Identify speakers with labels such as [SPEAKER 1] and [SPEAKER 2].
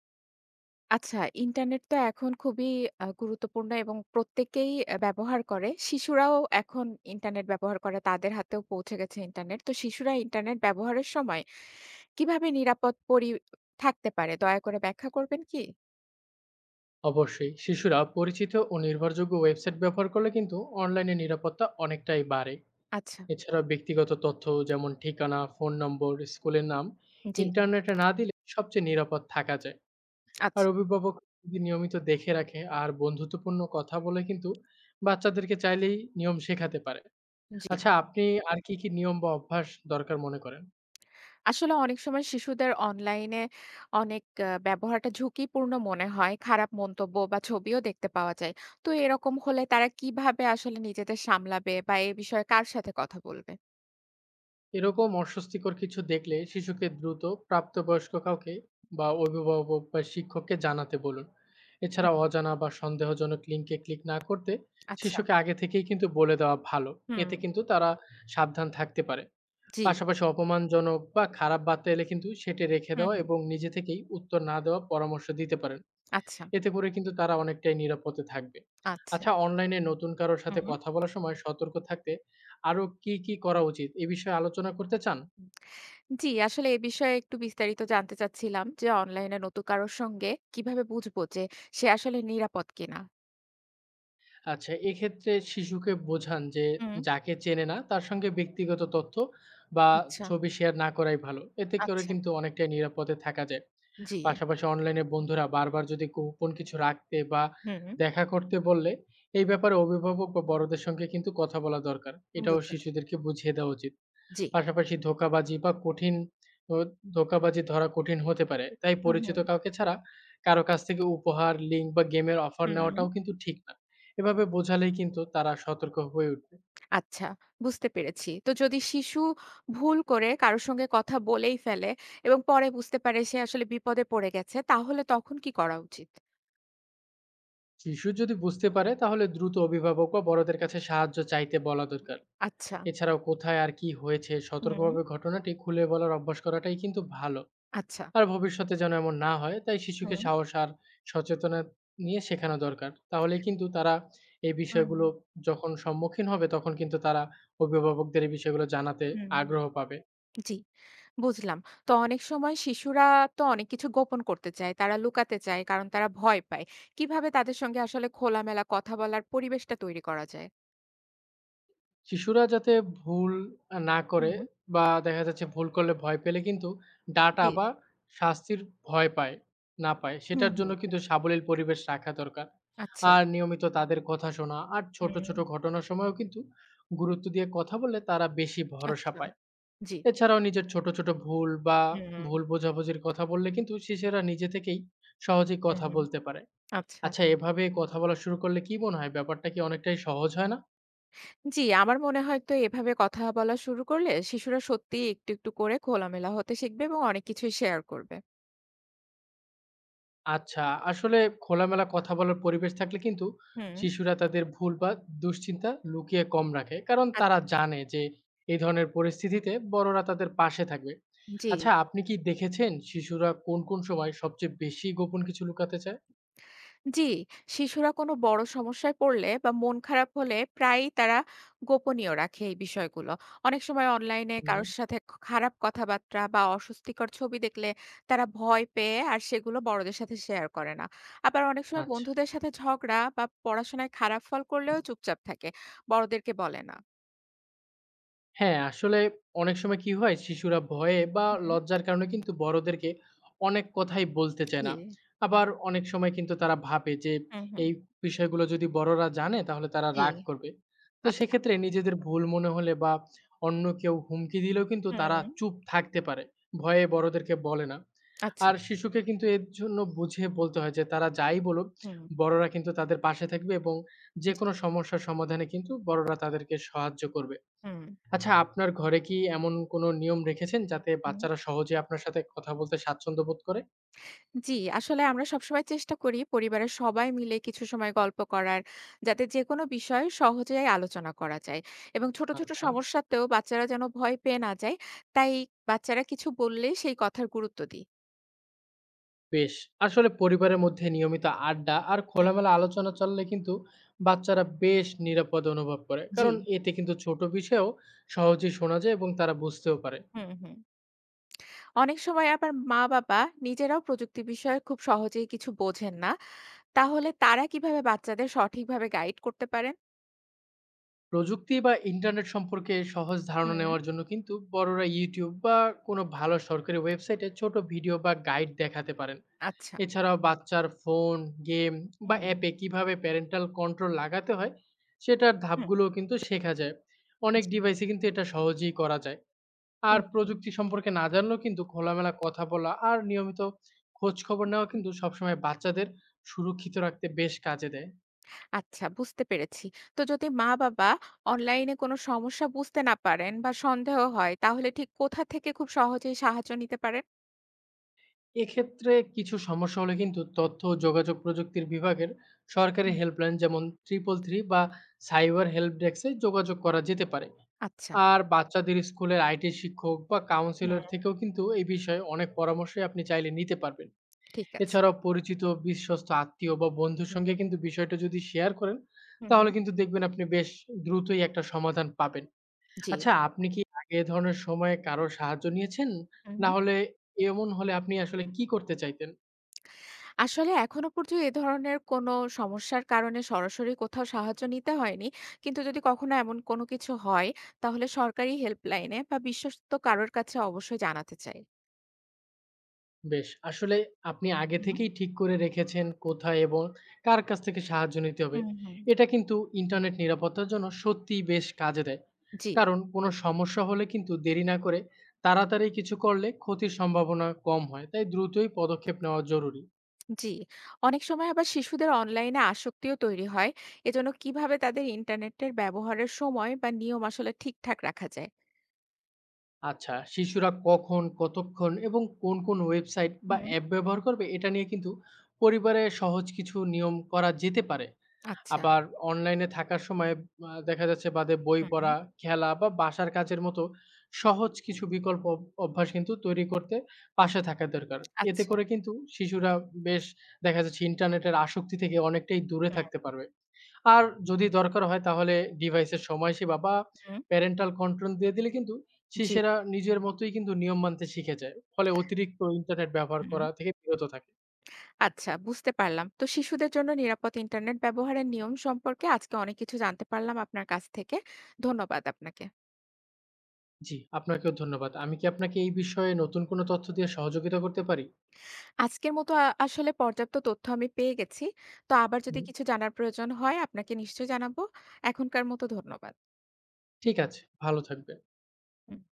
[SPEAKER 1] আচ্ছা, ইন্টারনেট তো এখন খুবই গুরুত্বপূর্ণ এবং প্রত্যেকেই ব্যবহার করে। শিশুরাও এখন ইন্টারনেট ব্যবহার করে। তাদের হাতেও পৌঁছে গেছে ইন্টারনেট। তো শিশুরা ইন্টারনেট ব্যবহারের সময় কিভাবে নিরাপদ থাকতে পারে? দয়া করে ব্যাখ্যা করবেন কি?
[SPEAKER 2] অবশ্যই শিশুরা পরিচিত ও নির্ভরযোগ্য ওয়েবসাইট ব্যবহার করলে কিন্তু অনলাইনে নিরাপত্তা অনেকটাই বাড়ে।
[SPEAKER 1] আচ্ছা।
[SPEAKER 2] এছাড়া ব্যক্তিগত তথ্য যেমন ঠিকানা, ফোন নম্বর, স্কুলের নাম
[SPEAKER 1] জি।
[SPEAKER 2] ইন্টারনেটে না দিলে সবচেয়ে নিরাপদ থাকা যায়। আর
[SPEAKER 1] আচ্ছা।
[SPEAKER 2] অভিভাবক যদি নিয়মিত দেখে রাখে আর বন্ধুত্বপূর্ণ কথা বলে কিন্তু বাচ্চাদেরকে চাইলেই নিয়ম শেখাতে পারে।
[SPEAKER 1] জি।
[SPEAKER 2] আচ্ছা, আপনি আর কি কি নিয়ম বা অভ্যাস দরকার মনে করেন?
[SPEAKER 1] আসলে অনেক সময় শিশুদের অনলাইনে অনেক ব্যবহারটা ঝুঁকিপূর্ণ মনে হয়। খারাপ মন্তব্য বা ছবিও দেখতে পাওয়া যায়। তো এরকম হলে তারা কিভাবে আসলে নিজেদের সামলাবে বা এ বিষয়ে কার সাথে কথা বলবে?
[SPEAKER 2] এরকম অস্বস্তিকর কিছু দেখলে শিশুকে দ্রুত প্রাপ্তবয়স্ক কাউকে বা অভিভাবক বা শিক্ষককে জানাতে বলুন। এছাড়া
[SPEAKER 1] হুম।
[SPEAKER 2] অজানা বা সন্দেহজনক লিঙ্কে ক্লিক না করতে
[SPEAKER 1] আচ্ছা।
[SPEAKER 2] শিশুকে আগে থেকেই কিন্তু বলে দেওয়া ভালো।
[SPEAKER 1] হুম।
[SPEAKER 2] এতে কিন্তু তারা সাবধান থাকতে পারে।
[SPEAKER 1] জি।
[SPEAKER 2] পাশাপাশি অপমানজনক বা খারাপ বার্তা এলে কিন্তু সেটি রেখে
[SPEAKER 1] হুম,
[SPEAKER 2] দেওয়া
[SPEAKER 1] হুম।
[SPEAKER 2] এবং নিজে থেকেই উত্তর না দেওয়া পরামর্শ দিতে পারেন।
[SPEAKER 1] আচ্ছা।
[SPEAKER 2] এতে করে কিন্তু তারা অনেকটাই নিরাপদে থাকবে।
[SPEAKER 1] আচ্ছা।
[SPEAKER 2] আচ্ছা, অনলাইনে নতুন কারোর সাথে
[SPEAKER 1] হুম।
[SPEAKER 2] কথা বলার সময় সতর্ক থাকতে আরো কি কি করা উচিত এ বিষয়ে আলোচনা করতে চান?
[SPEAKER 1] হুম। জি, আসলে এ বিষয়ে একটু বিস্তারিত জানতে চাচ্ছিলাম যে অনলাইনে নতুন কারো সঙ্গে কিভাবে বুঝবো যে সে আসলে নিরাপদ কিনা?
[SPEAKER 2] আচ্ছা, এক্ষেত্রে শিশুকে বোঝান যে
[SPEAKER 1] হুম।
[SPEAKER 2] যাকে চেনে না তার সঙ্গে ব্যক্তিগত তথ্য বা
[SPEAKER 1] আচ্ছা।
[SPEAKER 2] ছবি শেয়ার না করাই ভালো। এতে করে
[SPEAKER 1] আচ্ছা।
[SPEAKER 2] কিন্তু অনেকটাই নিরাপদে থাকা যায়।
[SPEAKER 1] জি।
[SPEAKER 2] পাশাপাশি অনলাইনে বন্ধুরা বারবার যদি গোপন কিছু রাখতে বা
[SPEAKER 1] হুম।
[SPEAKER 2] দেখা করতে বললে এই ব্যাপারে অভিভাবক বা বড়দের সঙ্গে কিন্তু কথা বলা দরকার। এটাও
[SPEAKER 1] বুঝেছি।
[SPEAKER 2] শিশুদেরকে বুঝিয়ে দেওয়া উচিত।
[SPEAKER 1] জি।
[SPEAKER 2] পাশাপাশি ধোঁকাবাজি বা কঠিন ও ধোঁকাবাজি ধরা কঠিন হতে পারে। তাই
[SPEAKER 1] হুম, হুম,
[SPEAKER 2] পরিচিত কাউকে ছাড়া কারো কাছ থেকে উপহার, লিঙ্ক বা গেমের অফার
[SPEAKER 1] হুম।
[SPEAKER 2] নেওয়াটাও কিন্তু ঠিক না। এভাবে বোঝালেই কিন্তু তারা সতর্ক হয়ে উঠবে।
[SPEAKER 1] আচ্ছা, বুঝতে পেরেছি। তো যদি শিশু ভুল করে কারো সঙ্গে কথা বলেই ফেলে এবং পরে বুঝতে পারে সে আসলে বিপদে পড়ে গেছে তাহলে তখন কি করা উচিত?
[SPEAKER 2] শিশু যদি বুঝতে পারে তাহলে দ্রুত অভিভাবক বা বড়দের কাছে সাহায্য চাইতে বলা দরকার।
[SPEAKER 1] আচ্ছা।
[SPEAKER 2] এছাড়াও কোথায় আর কি হয়েছে সতর্কভাবে
[SPEAKER 1] হুম।
[SPEAKER 2] ঘটনাটি খুলে বলার অভ্যাস করাটাই কিন্তু ভালো।
[SPEAKER 1] আচ্ছা।
[SPEAKER 2] আর ভবিষ্যতে যেন এমন না হয় তাই শিশুকে
[SPEAKER 1] হুম,
[SPEAKER 2] সাহস আর সচেতনা নিয়ে শেখানো দরকার। তাহলে কিন্তু তারা এই
[SPEAKER 1] হুম,
[SPEAKER 2] বিষয়গুলো যখন সম্মুখীন হবে তখন কিন্তু তারা অভিভাবকদের এই বিষয়গুলো জানাতে
[SPEAKER 1] হুম।
[SPEAKER 2] আগ্রহ পাবে।
[SPEAKER 1] জি, বুঝলাম। তো অনেক সময় শিশুরা তো অনেক কিছু গোপন করতে চায়। তারা লুকাতে চায় কারণ তারা ভয় পায়। কিভাবে তাদের সঙ্গে আসলে খোলামেলা কথা বলার পরিবেশটা তৈরি করা যায়?
[SPEAKER 2] শিশুরা যাতে ভুল না করে
[SPEAKER 1] হুম।
[SPEAKER 2] বা দেখা যাচ্ছে ভুল করলে ভয় পেলে কিন্তু ডাটা
[SPEAKER 1] জি।
[SPEAKER 2] বা শাস্তির ভয় পায় না পায়,
[SPEAKER 1] হুম,
[SPEAKER 2] সেটার
[SPEAKER 1] হুম।
[SPEAKER 2] জন্য কিন্তু সাবলীল পরিবেশ রাখা দরকার।
[SPEAKER 1] আচ্ছা।
[SPEAKER 2] আর নিয়মিত তাদের কথা শোনা আর ছোট, ছোট
[SPEAKER 1] হুম,
[SPEAKER 2] ঘটনার সময়ও কিন্তু গুরুত্ব দিয়ে কথা বললে তারা বেশি ভরসা
[SPEAKER 1] আচ্ছা।
[SPEAKER 2] পায়।
[SPEAKER 1] জি।
[SPEAKER 2] এছাড়াও নিজের ছোট, ছোট ভুল বা
[SPEAKER 1] হুম,
[SPEAKER 2] ভুল বোঝাবুঝির কথা বললে কিন্তু শিশুরা নিজে থেকেই সহজেই কথা
[SPEAKER 1] হুম,
[SPEAKER 2] বলতে পারে।
[SPEAKER 1] আচ্ছা।
[SPEAKER 2] আচ্ছা, এভাবে কথা বলা শুরু করলে কি মনে হয় ব্যাপারটা কি অনেকটাই সহজ হয় না?
[SPEAKER 1] জি, আমার মনে হয় তো এভাবে কথা বলা শুরু করলে শিশুরা সত্যিই একটু, একটু করে খোলামেলা হতে শিখবে এবং অনেক কিছুই শেয়ার করবে।
[SPEAKER 2] আচ্ছা, আসলে খোলামেলা কথা বলার পরিবেশ থাকলে কিন্তু
[SPEAKER 1] হুম,
[SPEAKER 2] শিশুরা তাদের ভুল বা দুশ্চিন্তা লুকিয়ে কম রাখে। কারণ তারা
[SPEAKER 1] আচ্ছা।
[SPEAKER 2] জানে যে এই ধরনের পরিস্থিতিতে বড়রা তাদের পাশে থাকবে।
[SPEAKER 1] জি।
[SPEAKER 2] আচ্ছা, আপনি কি দেখেছেন শিশুরা কোন, কোন সময় সবচেয়ে বেশি গোপন কিছু লুকাতে চায়?
[SPEAKER 1] জি, শিশুরা কোনো বড় সমস্যায় পড়লে বা মন খারাপ হলে প্রায়ই তারা গোপনীয় রাখে এই বিষয়গুলো। অনেক সময় অনলাইনে
[SPEAKER 2] হুম,
[SPEAKER 1] কারোর সাথে খারাপ কথাবার্তা বা অস্বস্তিকর ছবি দেখলে তারা ভয় পেয়ে আর সেগুলো বড়দের সাথে শেয়ার করে না। আবার অনেক সময়
[SPEAKER 2] আচ্ছা।
[SPEAKER 1] বন্ধুদের সাথে ঝগড়া বা পড়াশোনায় খারাপ ফল করলেও চুপচাপ থাকে। বড়দেরকে বলে না।
[SPEAKER 2] হ্যাঁ, আসলে অনেক সময় কি হয় শিশুরা ভয়ে বা
[SPEAKER 1] হুম।
[SPEAKER 2] লজ্জার কারণে কিন্তু বড়দেরকে অনেক কথাই বলতে চায়
[SPEAKER 1] জি।
[SPEAKER 2] না। আবার অনেক সময় কিন্তু তারা ভাবে যে
[SPEAKER 1] হুম, হুম।
[SPEAKER 2] এই বিষয়গুলো যদি বড়রা জানে তাহলে তারা
[SPEAKER 1] জি,
[SPEAKER 2] রাগ করবে। তো
[SPEAKER 1] আচ্ছা।
[SPEAKER 2] সেক্ষেত্রে নিজেদের ভুল মনে হলে বা অন্য কেউ হুমকি দিলেও কিন্তু তারা
[SPEAKER 1] হুম।
[SPEAKER 2] চুপ থাকতে পারে। ভয়ে বড়দেরকে বলে না।
[SPEAKER 1] আচ্ছা।
[SPEAKER 2] আর শিশুকে কিন্তু এর জন্য বুঝিয়ে বলতে হয় যে তারা যাই বলুক
[SPEAKER 1] হুম।
[SPEAKER 2] বড়রা কিন্তু তাদের পাশে থাকবে এবং
[SPEAKER 1] জি।
[SPEAKER 2] যেকোনো সমস্যার সমাধানে কিন্তু বড়রা তাদেরকে সাহায্য করবে। আচ্ছা, আপনার ঘরে কি এমন কোনো নিয়ম রেখেছেন যাতে
[SPEAKER 1] হুম।
[SPEAKER 2] বাচ্চারা সহজে আপনার সাথে কথা বলতে স্বাচ্ছন্দ্য বোধ করে?
[SPEAKER 1] জি, আসলে আমরা সবসময় চেষ্টা করি পরিবারের সবাই মিলে কিছু সময় গল্প করার, যাতে যেকোনো বিষয় সহজেই আলোচনা করা যায়। এবং ছোট, ছোট
[SPEAKER 2] আচ্ছা,
[SPEAKER 1] সমস্যাতেও বাচ্চারা যেন ভয় পেয়ে না যায়, তাই বাচ্চারা কিছু বললেই সেই কথার গুরুত্ব দিই।
[SPEAKER 2] বেশ। আসলে পরিবারের মধ্যে নিয়মিত আড্ডা আর
[SPEAKER 1] হুম,
[SPEAKER 2] খোলামেলা আলোচনা চললে কিন্তু বাচ্চারা বেশ নিরাপদ অনুভব করে।
[SPEAKER 1] জি।
[SPEAKER 2] কারণ এতে কিন্তু ছোট বিষয়েও সহজেই শোনা যায় এবং তারা বুঝতেও পারে।
[SPEAKER 1] হুম, হুম। অনেক সময় আবার মা-বাবা নিজেরাও প্রযুক্তি বিষয়ে খুব সহজেই কিছু বোঝেন না। তাহলে তারা কিভাবে বাচ্চাদের সঠিকভাবে গাইড করতে পারেন?
[SPEAKER 2] প্রযুক্তি বা ইন্টারনেট সম্পর্কে সহজ ধারণা
[SPEAKER 1] হুম।
[SPEAKER 2] নেওয়ার জন্য কিন্তু বড়রা YouTube বা কোনো ভালো সরকারি ওয়েবসাইটে ছোট ভিডিও বা গাইড দেখাতে পারেন।
[SPEAKER 1] আচ্ছা।
[SPEAKER 2] এছাড়াও বাচ্চার ফোন, গেম বা
[SPEAKER 1] হুম,
[SPEAKER 2] অ্যাপে কিভাবে প্যারেন্টাল কন্ট্রোল লাগাতে হয়, সেটার
[SPEAKER 1] হুম,
[SPEAKER 2] ধাপগুলোও কিন্তু শেখা যায়। অনেক
[SPEAKER 1] জি।
[SPEAKER 2] ডিভাইসে কিন্তু এটা সহজেই করা যায়। আর
[SPEAKER 1] হুম,
[SPEAKER 2] প্রযুক্তি সম্পর্কে না জানলেও কিন্তু খোলামেলা কথা বলা আর নিয়মিত খোঁজখবর
[SPEAKER 1] হুম,
[SPEAKER 2] নেওয়া
[SPEAKER 1] হুম।
[SPEAKER 2] কিন্তু সবসময় বাচ্চাদের সুরক্ষিত রাখতে বেশ কাজে দেয়।
[SPEAKER 1] আচ্ছা, বুঝতে পেরেছি। তো যদি মা-বাবা অনলাইনে কোনো সমস্যা বুঝতে না পারেন বা সন্দেহ হয় তাহলে ঠিক কোথা থেকে খুব সহজেই সাহায্য নিতে পারেন?
[SPEAKER 2] এক্ষেত্রে কিছু সমস্যা হলে কিন্তু তথ্য ও যোগাযোগ প্রযুক্তির বিভাগের সরকারি
[SPEAKER 1] হুম।
[SPEAKER 2] হেল্পলাইন যেমন 333 বা সাইবার হেল্প ডেস্কে যোগাযোগ করা যেতে পারে।
[SPEAKER 1] আচ্ছা।
[SPEAKER 2] আর বাচ্চাদের স্কুলের আইটি শিক্ষক বা কাউন্সিলর
[SPEAKER 1] হুম।
[SPEAKER 2] থেকেও কিন্তু এই বিষয়ে অনেক পরামর্শই আপনি চাইলে নিতে পারবেন।
[SPEAKER 1] ঠিক আছে।
[SPEAKER 2] এছাড়াও পরিচিত বিশ্বস্ত আত্মীয় বা বন্ধুর
[SPEAKER 1] হুম,
[SPEAKER 2] সঙ্গে কিন্তু বিষয়টা যদি শেয়ার করেন,
[SPEAKER 1] হুম,
[SPEAKER 2] তাহলে
[SPEAKER 1] হুম।
[SPEAKER 2] কিন্তু দেখবেন আপনি বেশ দ্রুতই একটা সমাধান পাবেন।
[SPEAKER 1] জি।
[SPEAKER 2] আচ্ছা, আপনি কি আগে এ ধরনের সময়ে কারো সাহায্য নিয়েছেন?
[SPEAKER 1] হুম,
[SPEAKER 2] না
[SPEAKER 1] হুম।
[SPEAKER 2] হলে এমন হলে আপনি আসলে কি করতে চাইতেন?
[SPEAKER 1] আসলে এখনো পর্যন্ত এ ধরনের কোনো সমস্যার কারণে সরাসরি কোথাও সাহায্য নিতে হয়নি। কিন্তু যদি কখনো এমন কোনো কিছু হয় তাহলে সরকারি হেল্পলাইনে বা বিশ্বস্ত কারোর কাছে অবশ্যই জানাতে চাই।
[SPEAKER 2] বেশ। আসলে আপনি আগে
[SPEAKER 1] হুম,
[SPEAKER 2] থেকেই ঠিক করে রেখেছেন কোথায় এবং কার কাছ থেকে সাহায্য নিতে হবে।
[SPEAKER 1] হুম, হুম।
[SPEAKER 2] এটা কিন্তু ইন্টারনেট নিরাপত্তার জন্য সত্যিই বেশ কাজে দেয়।
[SPEAKER 1] জি।
[SPEAKER 2] কারণ কোনো সমস্যা হলে কিন্তু দেরি না করে তাড়াতাড়ি কিছু করলে ক্ষতির সম্ভাবনা কম হয়। তাই দ্রুতই পদক্ষেপ নেওয়া জরুরি।
[SPEAKER 1] জি, অনেক সময় আবার শিশুদের অনলাইনে আসক্তিও তৈরি হয়। এজন্য কিভাবে তাদের ইন্টারনেটের ব্যবহারের সময় বা নিয়ম আসলে ঠিকঠাক রাখা যায়?
[SPEAKER 2] আচ্ছা, শিশুরা কখন, কতক্ষণ এবং কোন, কোন ওয়েবসাইট বা
[SPEAKER 1] হুম।
[SPEAKER 2] অ্যাপ ব্যবহার করবে এটা নিয়ে কিন্তু পরিবারে সহজ কিছু নিয়ম করা যেতে পারে।
[SPEAKER 1] আচ্ছা,
[SPEAKER 2] আবার অনলাইনে থাকার সময় দেখা যাচ্ছে বাদে বই
[SPEAKER 1] হুম, হুম,
[SPEAKER 2] পড়া, খেলা বা বাসার কাজের মতো সহজ কিছু বিকল্প অভ্যাস কিন্তু তৈরি করতে পাশে থাকা দরকার। এতে
[SPEAKER 1] আচ্ছা।
[SPEAKER 2] করে কিন্তু শিশুরা বেশ দেখা যাচ্ছে ইন্টারনেটের আসক্তি থেকে অনেকটাই দূরে
[SPEAKER 1] হুম,
[SPEAKER 2] থাকতে পারবে। আর যদি দরকার হয় তাহলে ডিভাইসের সময়সীমা বা
[SPEAKER 1] হুম,
[SPEAKER 2] প্যারেন্টাল কন্ট্রোল দিয়ে দিলে কিন্তু
[SPEAKER 1] জি।
[SPEAKER 2] শিশেরা নিজের মতোই কিন্তু নিয়ম মানতে শিখে যায়। ফলে অতিরিক্ত ইন্টারনেট ব্যবহার
[SPEAKER 1] হুম।
[SPEAKER 2] করা থেকে বিরত থাকে।
[SPEAKER 1] আচ্ছা, বুঝতে পারলাম। তো শিশুদের জন্য নিরাপদ ইন্টারনেট ব্যবহারের নিয়ম সম্পর্কে আজকে অনেক কিছু জানতে পারলাম আপনার কাছ থেকে। ধন্যবাদ আপনাকে।
[SPEAKER 2] জি, আপনাকেও ধন্যবাদ। আমি কি আপনাকে এই বিষয়ে নতুন কোনো তথ্য দিয়ে সহযোগিতা করতে পারি?
[SPEAKER 1] আজকের মতো আসলে পর্যাপ্ত তথ্য আমি পেয়ে গেছি। তো আবার যদি
[SPEAKER 2] হুম,
[SPEAKER 1] কিছু জানার প্রয়োজন হয় আপনাকে নিশ্চয়ই জানাবো। এখনকার মতো ধন্যবাদ।
[SPEAKER 2] ঠিক আছে, ভালো থাকবেন।
[SPEAKER 1] হুম।